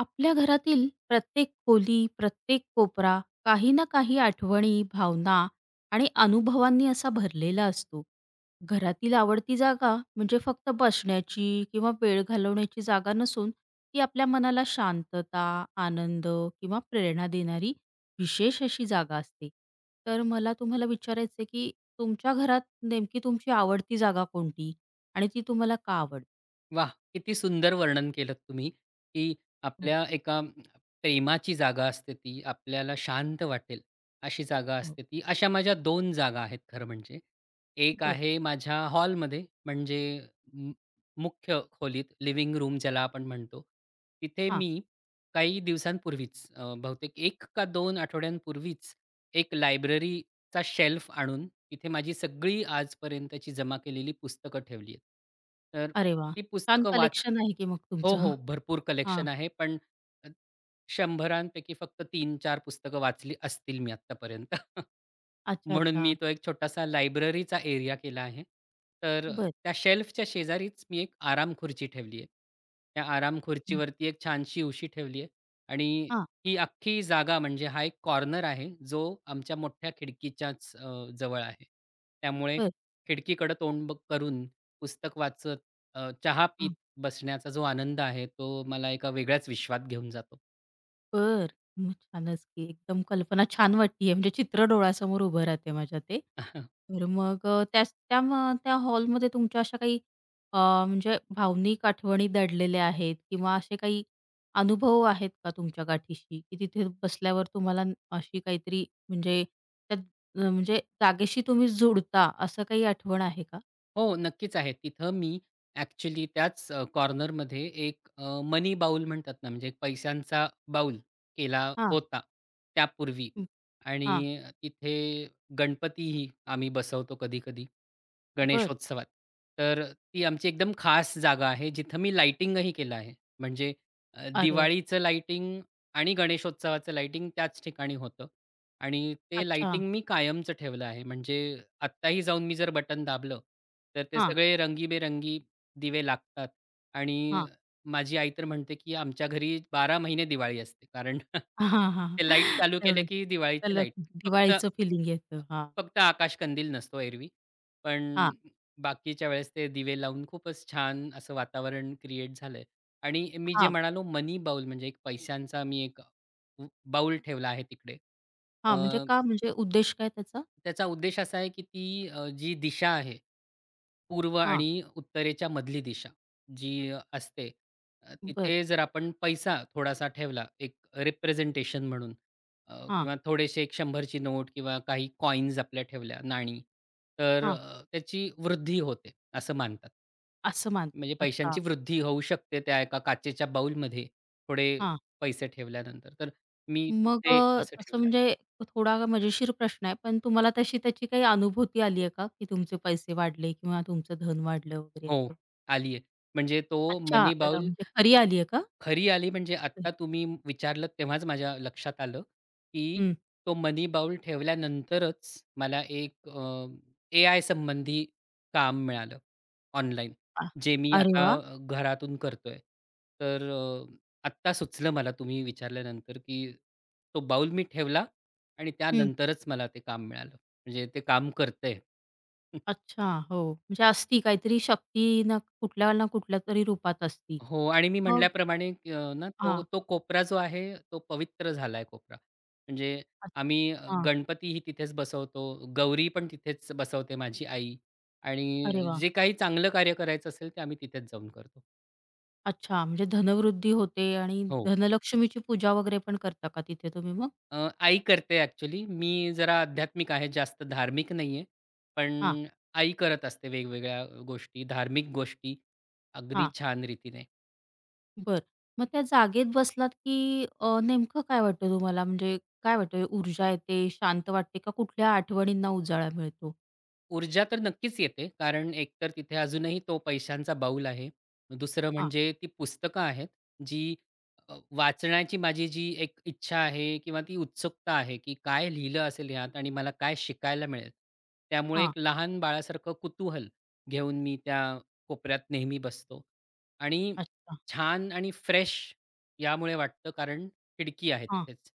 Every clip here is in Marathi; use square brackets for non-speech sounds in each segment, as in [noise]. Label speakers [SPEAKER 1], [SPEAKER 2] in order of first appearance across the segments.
[SPEAKER 1] आपल्या घरातील प्रत्येक खोली, प्रत्येक कोपरा काही ना काही आठवणी, भावना आणि अनुभवांनी असा भरलेला असतो. घरातील आवडती जागा म्हणजे फक्त बसण्याची किंवा वेळ घालवण्याची जागा नसून ती आपल्या मनाला शांतता, आनंद किंवा प्रेरणा देणारी विशेष अशी जागा असते. तर मला तुम्हाला विचारायचं आहे, की तुमच्या घरात नेमकी तुमची आवडती जागा कोणती आणि ती तुम्हाला का आवडते?
[SPEAKER 2] वाह! किती सुंदर वर्णन केलंत तुम्ही, की
[SPEAKER 1] हो,
[SPEAKER 2] आपल्या एका प्रेमाची जागा असते ती, आपल्याला शांत वाटेल अशी जागा
[SPEAKER 1] हो.
[SPEAKER 2] असते ती. अशा माझ्या दोन जागा आहेत खरं म्हणजे. एक
[SPEAKER 1] बरं.
[SPEAKER 2] आहे माझ्या हॉलमध्ये म्हणजे मु मुख्य खोलीत लिव्हिंग रूम ज्याला आपण म्हणतो. तिथे
[SPEAKER 1] हां.
[SPEAKER 2] मी काही दिवसांपूर्वीच बहुतेक 1 का 2 आठवड्यांपूर्वीच एक लायब्ररीचा शेल्फ आणून तिथे माझी सगळी आजपर्यंतची जमा केलेली पुस्तकं ठेवली आहेत.
[SPEAKER 1] अरे वा,
[SPEAKER 2] ती
[SPEAKER 1] छान
[SPEAKER 2] पुस्तकं वाच
[SPEAKER 1] कलेक्शन आहे की मग
[SPEAKER 2] हो,
[SPEAKER 1] तुमचं.
[SPEAKER 2] हो. भरपूर
[SPEAKER 1] हां.
[SPEAKER 2] कलेक्शन आहे. पण अ, 100रांपैकी फक्त तीन-चार पुस्तकं वाचली असतील मी आत्तापर्यंत. [laughs]
[SPEAKER 1] अच्छा,
[SPEAKER 2] म्हणून
[SPEAKER 1] अच्छा.
[SPEAKER 2] मी तो एक छोटासा लायब्ररीचा एरिया केला आहे. तर
[SPEAKER 1] बर,
[SPEAKER 2] त्या शेल्फच्या शेजारीच मी एक आराम खुर्ची ठेवली आहे. त्या आराम
[SPEAKER 1] हं.
[SPEAKER 2] खुर्चीवरती एक छानशी उशी ठेवली आहे आणि
[SPEAKER 1] हां.
[SPEAKER 2] ही अख्खी जागा म्हणजे हा एक कॉर्नर आहे, जो आमच्या मोठ्या खिडकीच्याच जवळ आहे. त्यामुळे
[SPEAKER 1] बरं.
[SPEAKER 2] खिडकीकडे तोंड करून पुस्तक वाचत चहा पीत
[SPEAKER 1] हां.
[SPEAKER 2] बसण्याचा जो आनंद आहे, तो मला एका वेगळ्याच विश्वात घेऊन जातो.
[SPEAKER 1] बरं. मग छानच की एकदम कल्पना छान वाटतीये म्हणजे चित्र डोळ्यासमोर उभं राहते माझ्या ते.
[SPEAKER 2] [laughs]
[SPEAKER 1] तर मग त्याच त्या मग त्या हॉलमध्ये तुमच्या अशा काही अ, म्हणजे भावनिक आठवणी दडलेल्या आहेत किंवा असे काही अनुभव आहेत का तुमच्या गाठीशी, की तिथे बसल्यावर तुम्हाला अशी काहीतरी म्हणजे त्यात म्हणजे जागेशी तुम्ही जुडता असं काही आठवण आहे का?
[SPEAKER 2] हो, नक्कीच आहे. तिथं मी ॲक्चुअली त्याच कॉर्नरमध्ये एक मनी बाउल म्हणतात ना, म्हणजे एक पैशांचा बाउल केला
[SPEAKER 1] हां.
[SPEAKER 2] होता त्यापूर्वी
[SPEAKER 1] हां,
[SPEAKER 2] आणि तिथे गणपतीही आम्ही बसवतो कधी-कधी.
[SPEAKER 1] बरं.
[SPEAKER 2] गणेशोत्सवात. तर ती आमची एकदम खास जागा आहे, जिथं मी लाइटिंगही केलं आहे. म्हणजे
[SPEAKER 1] अरे वाह!
[SPEAKER 2] दिवाळीचं लाइटिंग आणि गणेशोत्सवाचं लाइटिंग त्याच ठिकाणी होतं आणि ते
[SPEAKER 1] अच्छा.
[SPEAKER 2] लाइटिंग मी कायमचं ठेवलं आहे. म्हणजे आत्ताही जाऊन मी जर बटन दाबलं, तर ते
[SPEAKER 1] हां,
[SPEAKER 2] सगळे रंगीबेरंगी दिवे लागतात आणि
[SPEAKER 1] हां.
[SPEAKER 2] माझी आई तर म्हणते, की "आमच्या घरी 12 महिने दिवाळी असते." कारण [laughs]
[SPEAKER 1] [laughs] हां, हां.
[SPEAKER 2] ते लाईट चालू केले,
[SPEAKER 1] तेवढं
[SPEAKER 2] की दिवाळीचे
[SPEAKER 1] त्याला
[SPEAKER 2] लाईट. फक्त
[SPEAKER 1] दिवाळीचं फिलिंग येतं. हां,
[SPEAKER 2] फक्त आकाशकंदील नसतो एरवी. पण
[SPEAKER 1] हां,
[SPEAKER 2] बाकीच्या वेळेस ते दिवे लावून खूपच छान असं वातावरण क्रिएट झालंय आणि मी जे
[SPEAKER 1] हां,
[SPEAKER 2] म्हणालो मनी बाउल म्हणजे एक पैशांचा मी एक बाउल ठेवला आहे तिकडे.
[SPEAKER 1] हां. म्हणजे का म्हणजे उद्देश काय त्याचा?
[SPEAKER 2] त्याचा उद्देश असा आहे की ती जी दिशा आहे, पूर्व
[SPEAKER 1] हां,
[SPEAKER 2] आणि उत्तरेच्या मधली दिशा जी असते,
[SPEAKER 1] बरं.
[SPEAKER 2] तिथे जर आपण पैसा थोडासा ठेवला एक रिप्रेझेंटेशन म्हणून,
[SPEAKER 1] हां,
[SPEAKER 2] किंवा थोडेसे एक 100 ची नोट किंवा काही कॉइन्स आपल्या ठेवल्या, नाणी, तर
[SPEAKER 1] हां.
[SPEAKER 2] त्याची वृद्धी होते असं मानतात.
[SPEAKER 1] असं मानतात.
[SPEAKER 2] म्हणजे
[SPEAKER 1] अच्छा.
[SPEAKER 2] पैशांची वृद्धी होऊ शकते त्या एका काचेच्या बाऊलमध्ये थोडे
[SPEAKER 1] हां.
[SPEAKER 2] पैसे ठेवल्यानंतर. तर मी
[SPEAKER 1] मग
[SPEAKER 2] तिथे असं
[SPEAKER 1] तसं
[SPEAKER 2] ठेवलं.
[SPEAKER 1] म्हणजे थोडा मजेशीर प्रश्न आहे, पण तुम्हाला तशी त्याची काही अनुभूती आली आहे का, की तुमचे पैसे वाढले किंवा तुमचं धन वाढलं वगैरे
[SPEAKER 2] हो,
[SPEAKER 1] असं?
[SPEAKER 2] आली आहे. म्हणजे तो
[SPEAKER 1] अच्छा.
[SPEAKER 2] मनी बाउल
[SPEAKER 1] म्हणजे खरी आली आहे का?
[SPEAKER 2] खरी आली म्हणजे आत्ता तुम्ही विचारलत तेव्हाच माझ्या लक्षात आलं, की
[SPEAKER 1] हं.
[SPEAKER 2] तो मनी बाउल ठेवल्यानंतरच मला एक एआय संबंधी काम मिळालं ऑनलाईन,
[SPEAKER 1] अ,
[SPEAKER 2] जे मी
[SPEAKER 1] अरे
[SPEAKER 2] आता
[SPEAKER 1] वाह!
[SPEAKER 2] घरातून करतोय. तर आत्ता सुचलं मला तुम्ही विचारल्यानंतर, की तो बाउल मी ठेवला आणि
[SPEAKER 1] हं.
[SPEAKER 2] त्यानंतरच मला ते काम मिळालं. म्हणजे ते काम करतंय.
[SPEAKER 1] अच्छा, हो. म्हणजे असती काहीतरी शक्ती ना कुठल्या ना कुठल्या तरी रूपात असती.
[SPEAKER 2] हो आणि मी
[SPEAKER 1] मग
[SPEAKER 2] म्हटल्याप्रमाणे ना तो
[SPEAKER 1] हां,
[SPEAKER 2] तो कोपरा जो आहे तो पवित्र झालाय कोपरा. म्हणजे
[SPEAKER 1] अच्छा
[SPEAKER 2] आम्ही
[SPEAKER 1] हां.
[SPEAKER 2] गणपतीही तिथेच बसवतो. गौरी पण तिथेच बसवते माझी आई
[SPEAKER 1] अरे
[SPEAKER 2] आणि
[SPEAKER 1] वाह!
[SPEAKER 2] जे काही चांगलं कार्य करायचं असेल ते आम्ही तिथेच जाऊन करतो.
[SPEAKER 1] अच्छा, म्हणजे धनवृद्धी होते आणि
[SPEAKER 2] हो.
[SPEAKER 1] धनलक्ष्मीची पूजा वगैरे पण करता का तिथे तुम्ही मग?
[SPEAKER 2] आई करते ॲक्चुअली. मी जरा आध्यात्मिक आहे, जास्त धार्मिक नाहीये. पण
[SPEAKER 1] हां,
[SPEAKER 2] आई करत असते वेगवेगळ्या गोष्टी, धार्मिक गोष्टी अगदी
[SPEAKER 1] हां.
[SPEAKER 2] छान रीतीने.
[SPEAKER 1] बर, मग त्या जागेत बसलात की नेमकं काय वाटतं तुम्हाला? म्हणजे काय वाटतं ऊर्जा येते, शांत वाटते का कुठल्या आठवणींना उजाळा मिळतो?
[SPEAKER 2] ऊर्जा तर नक्कीच येते. कारण एकतर तिथे अजूनही तो पैशांचा बाऊल आहे. दुसरं
[SPEAKER 1] हां,
[SPEAKER 2] म्हणजे ती पुस्तकं आहेत, जी वाचण्याची माझी जी एक इच्छा आहे किंवा ती उत्सुकता आहे, की काय लिहिलं असेल ह्यात आणि मला काय शिकायला मिळेल. त्यामुळे
[SPEAKER 1] हां.
[SPEAKER 2] एक लहान बाळासारखं कुतूहल घेऊन मी त्या कोपऱ्यात नेहमी बसतो आणि
[SPEAKER 1] अच्छा.
[SPEAKER 2] छान आणि फ्रेश यामुळे वाटतं कारण खिडकी आहे
[SPEAKER 1] हां.
[SPEAKER 2] तिथेच.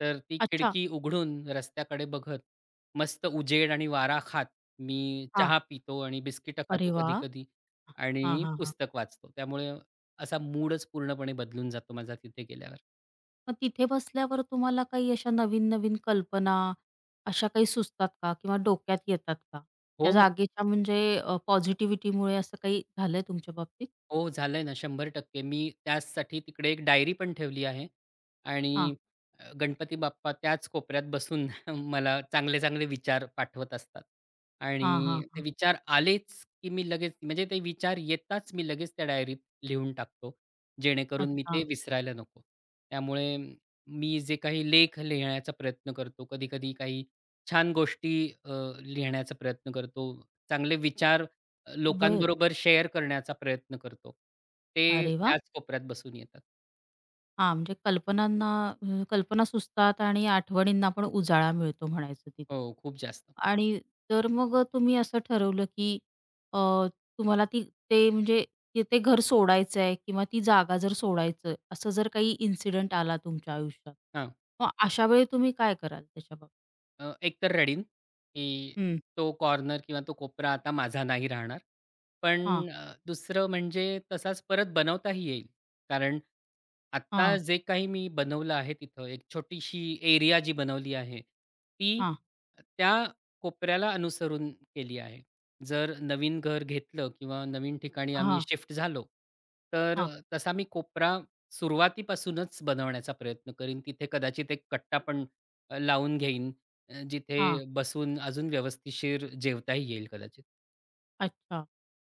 [SPEAKER 2] तर ती
[SPEAKER 1] अच्छा.
[SPEAKER 2] खिडकी उघडून रस्त्याकडे बघत, मस्त उजेड आणि वारा खात मी
[SPEAKER 1] हां.
[SPEAKER 2] चहा पितो आणि बिस्किटं खातो
[SPEAKER 1] अरे वाह!
[SPEAKER 2] कधी-कधी
[SPEAKER 1] हां,
[SPEAKER 2] आणि
[SPEAKER 1] हां, हां.
[SPEAKER 2] पुस्तक वाचतो. त्यामुळे असा मूडच पूर्णपणे बदलून जातो माझा तिथे गेल्यावर.
[SPEAKER 1] मग तिथे बसल्यावर तुम्हाला काही अशा नवीन-नवीन कल्पना अशा काही सुचतात का? किंवा डोक्यात येतात का? त्या
[SPEAKER 2] हो,
[SPEAKER 1] जागेच्या म्हणजे पॉझिटिव्हिटीमुळे असं काही झालंय तुमच्या बाबतीत?
[SPEAKER 2] हो, झालंय ना शंभर टक्के. मी त्याचसाठी तिकडे एक डायरी पण ठेवली आहे आणि
[SPEAKER 1] हां.
[SPEAKER 2] गणपती बाप्पा त्याच कोपऱ्यात बसून [laughs] मला चांगले-चांगले विचार पाठवत असतात
[SPEAKER 1] हां, हां,
[SPEAKER 2] आणि ते
[SPEAKER 1] हां.
[SPEAKER 2] विचार आलेच, की मी लगेच म्हणजे ते विचार येताच मी लगेच त्या डायरीत लिहून टाकतो, जेणेकरून मी ते
[SPEAKER 1] अच्छा.
[SPEAKER 2] विसरायला नको. त्यामुळे मी जे काही लेख लिहिण्याचा प्रयत्न करतो, कधी-कधी काही छान गोष्टी अ, लिहिण्याचा प्रयत्न करतो, चांगले विचार
[SPEAKER 1] बर,
[SPEAKER 2] लोकांबरोबर शेअर करण्याचा प्रयत्न करतो. ते
[SPEAKER 1] अरे वाह!
[SPEAKER 2] त्याच कोपऱ्यात बसून येतात.
[SPEAKER 1] हां, म्हणजे कल्पनांना कल्पना सुचतात आणि आठवणींना पण उजाळा मिळतो म्हणायचं तिथे.
[SPEAKER 2] हो, खूप जास्त.
[SPEAKER 1] आणि तर मग तुम्ही असं ठरवलं, की अ, तुम्हाला ती ते म्हणजे ते ते घर सोडायचं आहे किंवा ती जागा जर सोडायचं असं जर काही इन्सिडेंट आला तुमच्या आयुष्यात,
[SPEAKER 2] हां.
[SPEAKER 1] मग अशा वेळी तुम्ही काय कराल त्याच्या बाबत?
[SPEAKER 2] एकतर रडीन, की
[SPEAKER 1] हं.
[SPEAKER 2] तो कॉर्नर किंवा तो कोपरा आता माझा नाही राहणार. पण
[SPEAKER 1] हां,
[SPEAKER 2] दुसरं म्हणजे तसाच परत बनवताही येईल. कारण आत्ता
[SPEAKER 1] हां,
[SPEAKER 2] जे काही मी बनवलं आहे तिथं, एक छोटीशी एरिया जी बनवली आहे, ती
[SPEAKER 1] हां,
[SPEAKER 2] त्या कोपऱ्याला अनुसरून केली आहे. जर नवीन घर घेतलं किंवा नवीन ठिकाणी आम्ही
[SPEAKER 1] हां,
[SPEAKER 2] शिफ्ट झालो, तर
[SPEAKER 1] हां,
[SPEAKER 2] तसा मी कोपरा सुरुवातीपासूनच बनवण्याचा प्रयत्न करीन. तिथे कदाचित एक कट्टा पण लावून घेईन जिथे
[SPEAKER 1] हां.
[SPEAKER 2] बसून अजून व्यवस्थिशीर जेवताही येईल कदाचित.
[SPEAKER 1] अच्छा.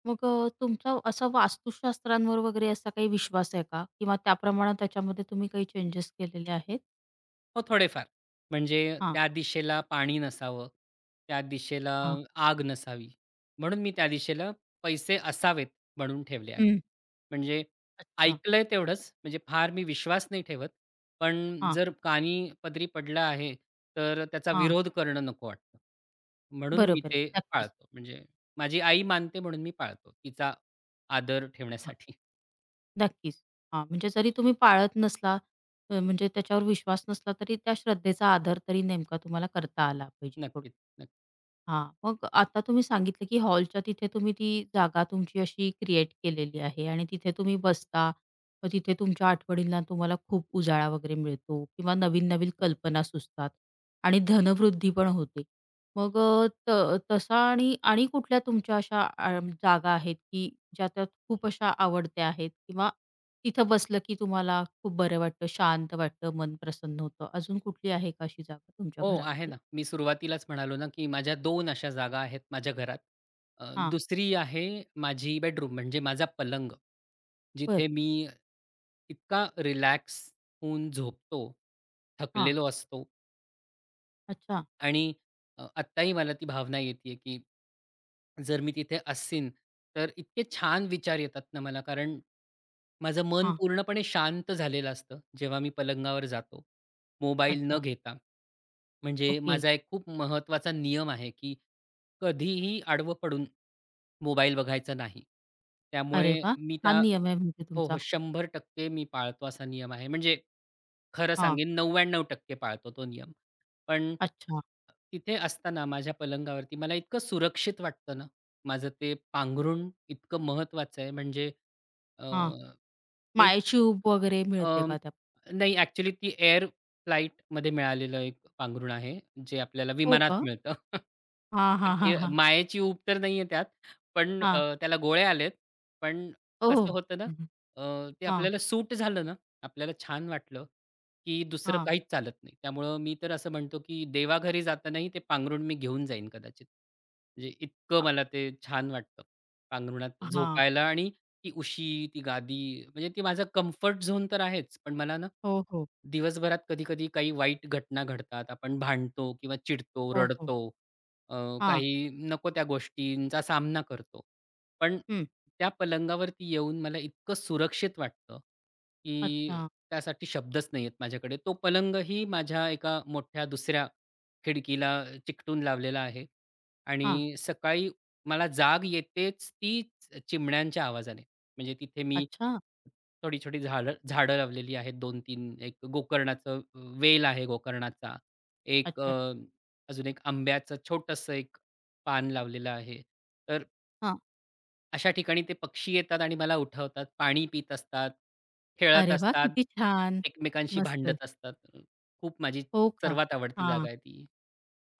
[SPEAKER 1] मग तुमचा असा वास्तुशास्त्रांवर वगैरे असा काही विश्वास आहे का? किंवा त्याप्रमाणे त्याच्यामध्ये तुम्ही काही चेंजेस केलेले आहेत?
[SPEAKER 2] हो, थोडेफार. म्हणजे
[SPEAKER 1] हां,
[SPEAKER 2] त्या दिशेला पाणी नसावं, त्या दिशेला
[SPEAKER 1] हां.
[SPEAKER 2] आग नसावी. म्हणून मी त्या दिशेला पैसे असावेत म्हणून ठेवले आहेत.
[SPEAKER 1] हं.
[SPEAKER 2] म्हणजे
[SPEAKER 1] हां,
[SPEAKER 2] ऐकलंय तेवढंच, म्हणजे फार मी विश्वास नाही ठेवत. पण
[SPEAKER 1] हां,
[SPEAKER 2] जर कानी पदरी पडला आहे, तर त्याचा
[SPEAKER 1] हां.
[SPEAKER 2] विरोध करणं नको वाटतं. म्हणून मी
[SPEAKER 1] बरोबर आहे.
[SPEAKER 2] ते
[SPEAKER 1] नक्कीच.
[SPEAKER 2] पाळतो. म्हणजे माझी आई मानते म्हणून मी पाळतो. तिचा आदर
[SPEAKER 1] हां,
[SPEAKER 2] ठेवण्यासाठी. [laughs]
[SPEAKER 1] नक्कीच. हां, म्हणजे जरी तुम्ही पाळत नसला म्हणजे त्याच्यावर विश्वास नसला तरी त्या श्रद्धेचा आदर तरी नेमका तुम्हाला करता आला पाहिजे
[SPEAKER 2] नक्कीच,
[SPEAKER 1] हां. मग आता तुम्ही सांगितलं, की हॉलच्या तिथे तुम्ही ती जागा तुमची अशी क्रिएट केलेली आहे आणि तिथे तुम्ही बसता. मग तिथे तुमच्या आठवणींना तुम्हाला खूप उजाळा वगैरे मिळतो किंवा नवीन-नवीन कल्पना सुचतात आणि धनवृद्धी पण होते. मग अ, त तसा आणि आणि कुठल्या तुमच्या अशा जागा आहेत, की ज्या त्या खूप अशा आवडत्या आहेत किंवा तिथं बसलं, की तुम्हाला खूप बरं वाटतं, शांत वाटतं, मन प्रसन्न होतं. अजून कुठली आहे का अशी जागा तुमच्या
[SPEAKER 2] हो, आहे
[SPEAKER 1] घरामध्ये?
[SPEAKER 2] ना. मी सुरुवातीलाच म्हणालो ना, की माझ्या दोन अशा जागा आहेत माझ्या घरात.
[SPEAKER 1] हां.
[SPEAKER 2] दुसरी आहे माझी बेडरूम म्हणजे माझा पलंग.
[SPEAKER 1] बरं.
[SPEAKER 2] जिथे मी इतका रिलॅक्स होऊन झोपतो,
[SPEAKER 1] हां.
[SPEAKER 2] थकलेलो असतो
[SPEAKER 1] अच्छा.
[SPEAKER 2] आणि आत्ताही मला ती भावना येते आहे, की जर मी तिथे असीन, तर इतके छान विचार येतात ना मला, कारण माझं मन
[SPEAKER 1] हां,
[SPEAKER 2] पूर्णपणे शांत झालेलं असतं, जेव्हा मी पलंगावर जातो, मोबाईल न
[SPEAKER 1] अच्छा.
[SPEAKER 2] घेता. म्हणजे
[SPEAKER 1] ओके.
[SPEAKER 2] माझा एक खूप महत्त्वाचा नियम आहे, की कधीही आडवं पडून मोबाईल बघायचा नाही.
[SPEAKER 1] अरे
[SPEAKER 2] त्यामुळे
[SPEAKER 1] वाह!
[SPEAKER 2] मी त्या
[SPEAKER 1] छान नियम आहे म्हणजे
[SPEAKER 2] हो, हो.
[SPEAKER 1] तुमचा.
[SPEAKER 2] 100% मी पाळतो असा नियम आहे. म्हणजे खरं
[SPEAKER 1] हां,
[SPEAKER 2] सांगेन 99% पाळतो तो नियम. पण
[SPEAKER 1] अच्छा.
[SPEAKER 2] तिथे असताना माझ्या पलंगावरती मला इतकं सुरक्षित वाटतं ना, माझं ते पांघरूण इतकं महत्वाचं आहे म्हणजे अ,
[SPEAKER 1] हां,
[SPEAKER 2] तेच.
[SPEAKER 1] माळशिव वगैरे मिळते
[SPEAKER 2] अं,
[SPEAKER 1] का त्या?
[SPEAKER 2] नाही ॲक्चुअली ती एअर फ्लाइटमध्ये मिळालेलं एक पांघरूण आहे, जे आपल्याला
[SPEAKER 1] हो
[SPEAKER 2] विमानात
[SPEAKER 1] का?
[SPEAKER 2] मिळतं. [laughs]
[SPEAKER 1] हां,
[SPEAKER 2] तर
[SPEAKER 1] हां, हां,
[SPEAKER 2] ती
[SPEAKER 1] हां.
[SPEAKER 2] मायेची ऊब तर नाहीये त्यात, पण
[SPEAKER 1] हां.
[SPEAKER 2] त्याला गोळे आलेत. पण
[SPEAKER 1] हो, हो.
[SPEAKER 2] कसं होतं ना,
[SPEAKER 1] हं, हं.
[SPEAKER 2] ते आपल्याला सूट झालं ना, आपल्याला छान वाटलं, की दुसरं काहीच चालत नाही. त्यामुळं मी तर असं म्हणतो, की देवाघरी जातानाही ते पांघरूण मी घेऊन जाईन कदाचित. म्हणजे इतकं
[SPEAKER 1] अ,
[SPEAKER 2] मला ते छान वाटतं. पांघरुणात
[SPEAKER 1] हां.
[SPEAKER 2] झोपायला आणि ती उशी, ती गादी, म्हणजे ती माझा कम्फर्ट झोन तर आहेच. पण मला ना,
[SPEAKER 1] हो, हो.
[SPEAKER 2] दिवसभरात कधी-कधी काही वाईट घटना घडतात. आपण भांडतो किंवा चिडतो,
[SPEAKER 1] हो, हो.
[SPEAKER 2] रडतो, अ,
[SPEAKER 1] हां.
[SPEAKER 2] काही नको त्या गोष्टींचा सामना करतो. पण
[SPEAKER 1] हं.
[SPEAKER 2] त्या पलंगावरती येऊन मला इतकं सुरक्षित वाटतं, की
[SPEAKER 1] अच्छा.
[SPEAKER 2] त्यासाठी शब्दच नाही आहेत माझ्याकडे. तो पलंगही माझ्या एका मोठ्या दुसऱ्या खिडकीला चिकटून लावलेला आहे
[SPEAKER 1] हां.
[SPEAKER 2] आणि सकाळी मला जाग येतेच ती चिमण्यांच्या आवाजाने. म्हणजे तिथे मी
[SPEAKER 1] अच्छा,
[SPEAKER 2] छोटी-छोटी झाडं झाडं लावलेली आहेत 2-3, एक गोकर्णाचं वेल आहे गोकर्णाचा. एक
[SPEAKER 1] अच्छा.
[SPEAKER 2] अजून एक आंब्याचं छोटंसं एक पान लावलेलं आहे. तर
[SPEAKER 1] हां.
[SPEAKER 2] अशा ठिकाणी ते पक्षी येतात आणि मला उठवतात, पाणी पीत असतात, खेळत
[SPEAKER 1] अरे वाह!
[SPEAKER 2] असतात,
[SPEAKER 1] किती छान.
[SPEAKER 2] एकमेकांशी
[SPEAKER 1] मस्त.
[SPEAKER 2] भांडत असतात. खूप माझी
[SPEAKER 1] हो का?
[SPEAKER 2] सर्वात आवडती
[SPEAKER 1] हां.
[SPEAKER 2] जागा आहे ती.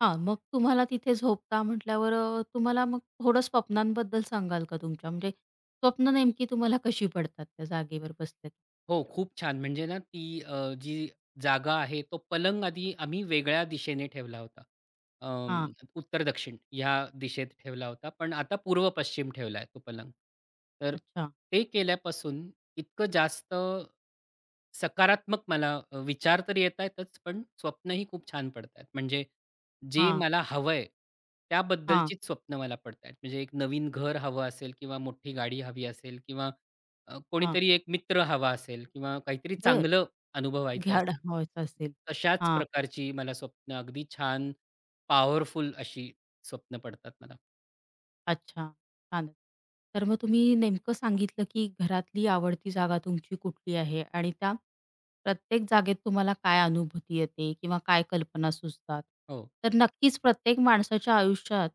[SPEAKER 1] हां, मग तुम्हाला तिथे झोपता म्हटल्यावर तुम्हाला मग थोडं स्वप्नांबद्दल सांगाल का तुमच्या? म्हणजे स्वप्न नेमकी तुम्हाला कशी पडतात त्या जागेवर बसल्या?
[SPEAKER 2] हो, खूप छान. म्हणजे ना ती जी जागा आहे, तो पलंग आधी आम्ही वेगळ्या दिशेने ठेवला होता. अं,
[SPEAKER 1] हां,
[SPEAKER 2] उत्तर-दक्षिण ह्या दिशेत ठेवला होता. पण आता पूर्व-पश्चिम ठेवला आहे तो पलंग. तर
[SPEAKER 1] अच्छा.
[SPEAKER 2] ते केल्यापासून इतकं जास्त सकारात्मक मला विचार तर येतायतच, पण स्वप्नही खूप छान पडतायत. म्हणजे जे
[SPEAKER 1] हां,
[SPEAKER 2] मला हवंय,
[SPEAKER 1] हां,
[SPEAKER 2] त्याबद्दलचीच स्वप्न मला पडतायेत. म्हणजे एक नवीन घर हवं असेल किंवा मोठी गाडी हवी असेल किंवा
[SPEAKER 1] हां.
[SPEAKER 2] कोणीतरी एक मित्र हवा असेल किंवा काहीतरी
[SPEAKER 1] बरं.
[SPEAKER 2] चांगलं अनुभवायचं
[SPEAKER 1] घ्याड
[SPEAKER 2] असेल.
[SPEAKER 1] व्हायचं असेल.
[SPEAKER 2] तशाच
[SPEAKER 1] हां.
[SPEAKER 2] प्रकारची मला स्वप्न अगदी छान पॉवरफुल अशी स्वप्न पडतात मला.
[SPEAKER 1] अच्छा, छानच. तर मग तुम्ही नेमकं सांगितलं, की घरातली आवडती जागा तुमची कुठली आहे आणि त्या प्रत्येक जागेत तुम्हाला काय अनुभूती येते किंवा काय कल्पना सुचतात.
[SPEAKER 2] हो,
[SPEAKER 1] तर नक्कीच प्रत्येक माणसाच्या आयुष्यात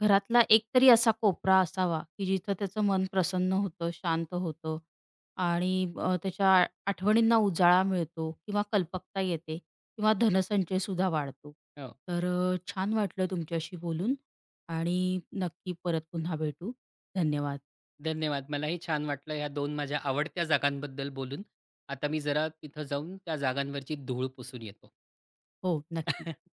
[SPEAKER 1] घरातला एकतरी असा कोपरा असावा, की जिथं त्याचं मन प्रसन्न होतं, शांत होतं आणि त्याच्या आठवणींना उजाळा मिळतो किंवा कल्पकता येते किंवा धनसंचयसुद्धा वाढतो.
[SPEAKER 2] हो.
[SPEAKER 1] तर छान वाटलं तुमच्याशी बोलून. आणि नक्की परत पुन्हा भेटू. धन्यवाद.
[SPEAKER 2] धन्यवाद. मलाही छान वाटलं ह्या 2 माझ्या आवडत्या जागांबद्दल बोलून. आता मी जरा तिथं जाऊन त्या जागांवरची धूळ पुसून येतो.
[SPEAKER 1] हो, नक्कीच.
[SPEAKER 2] [laughs]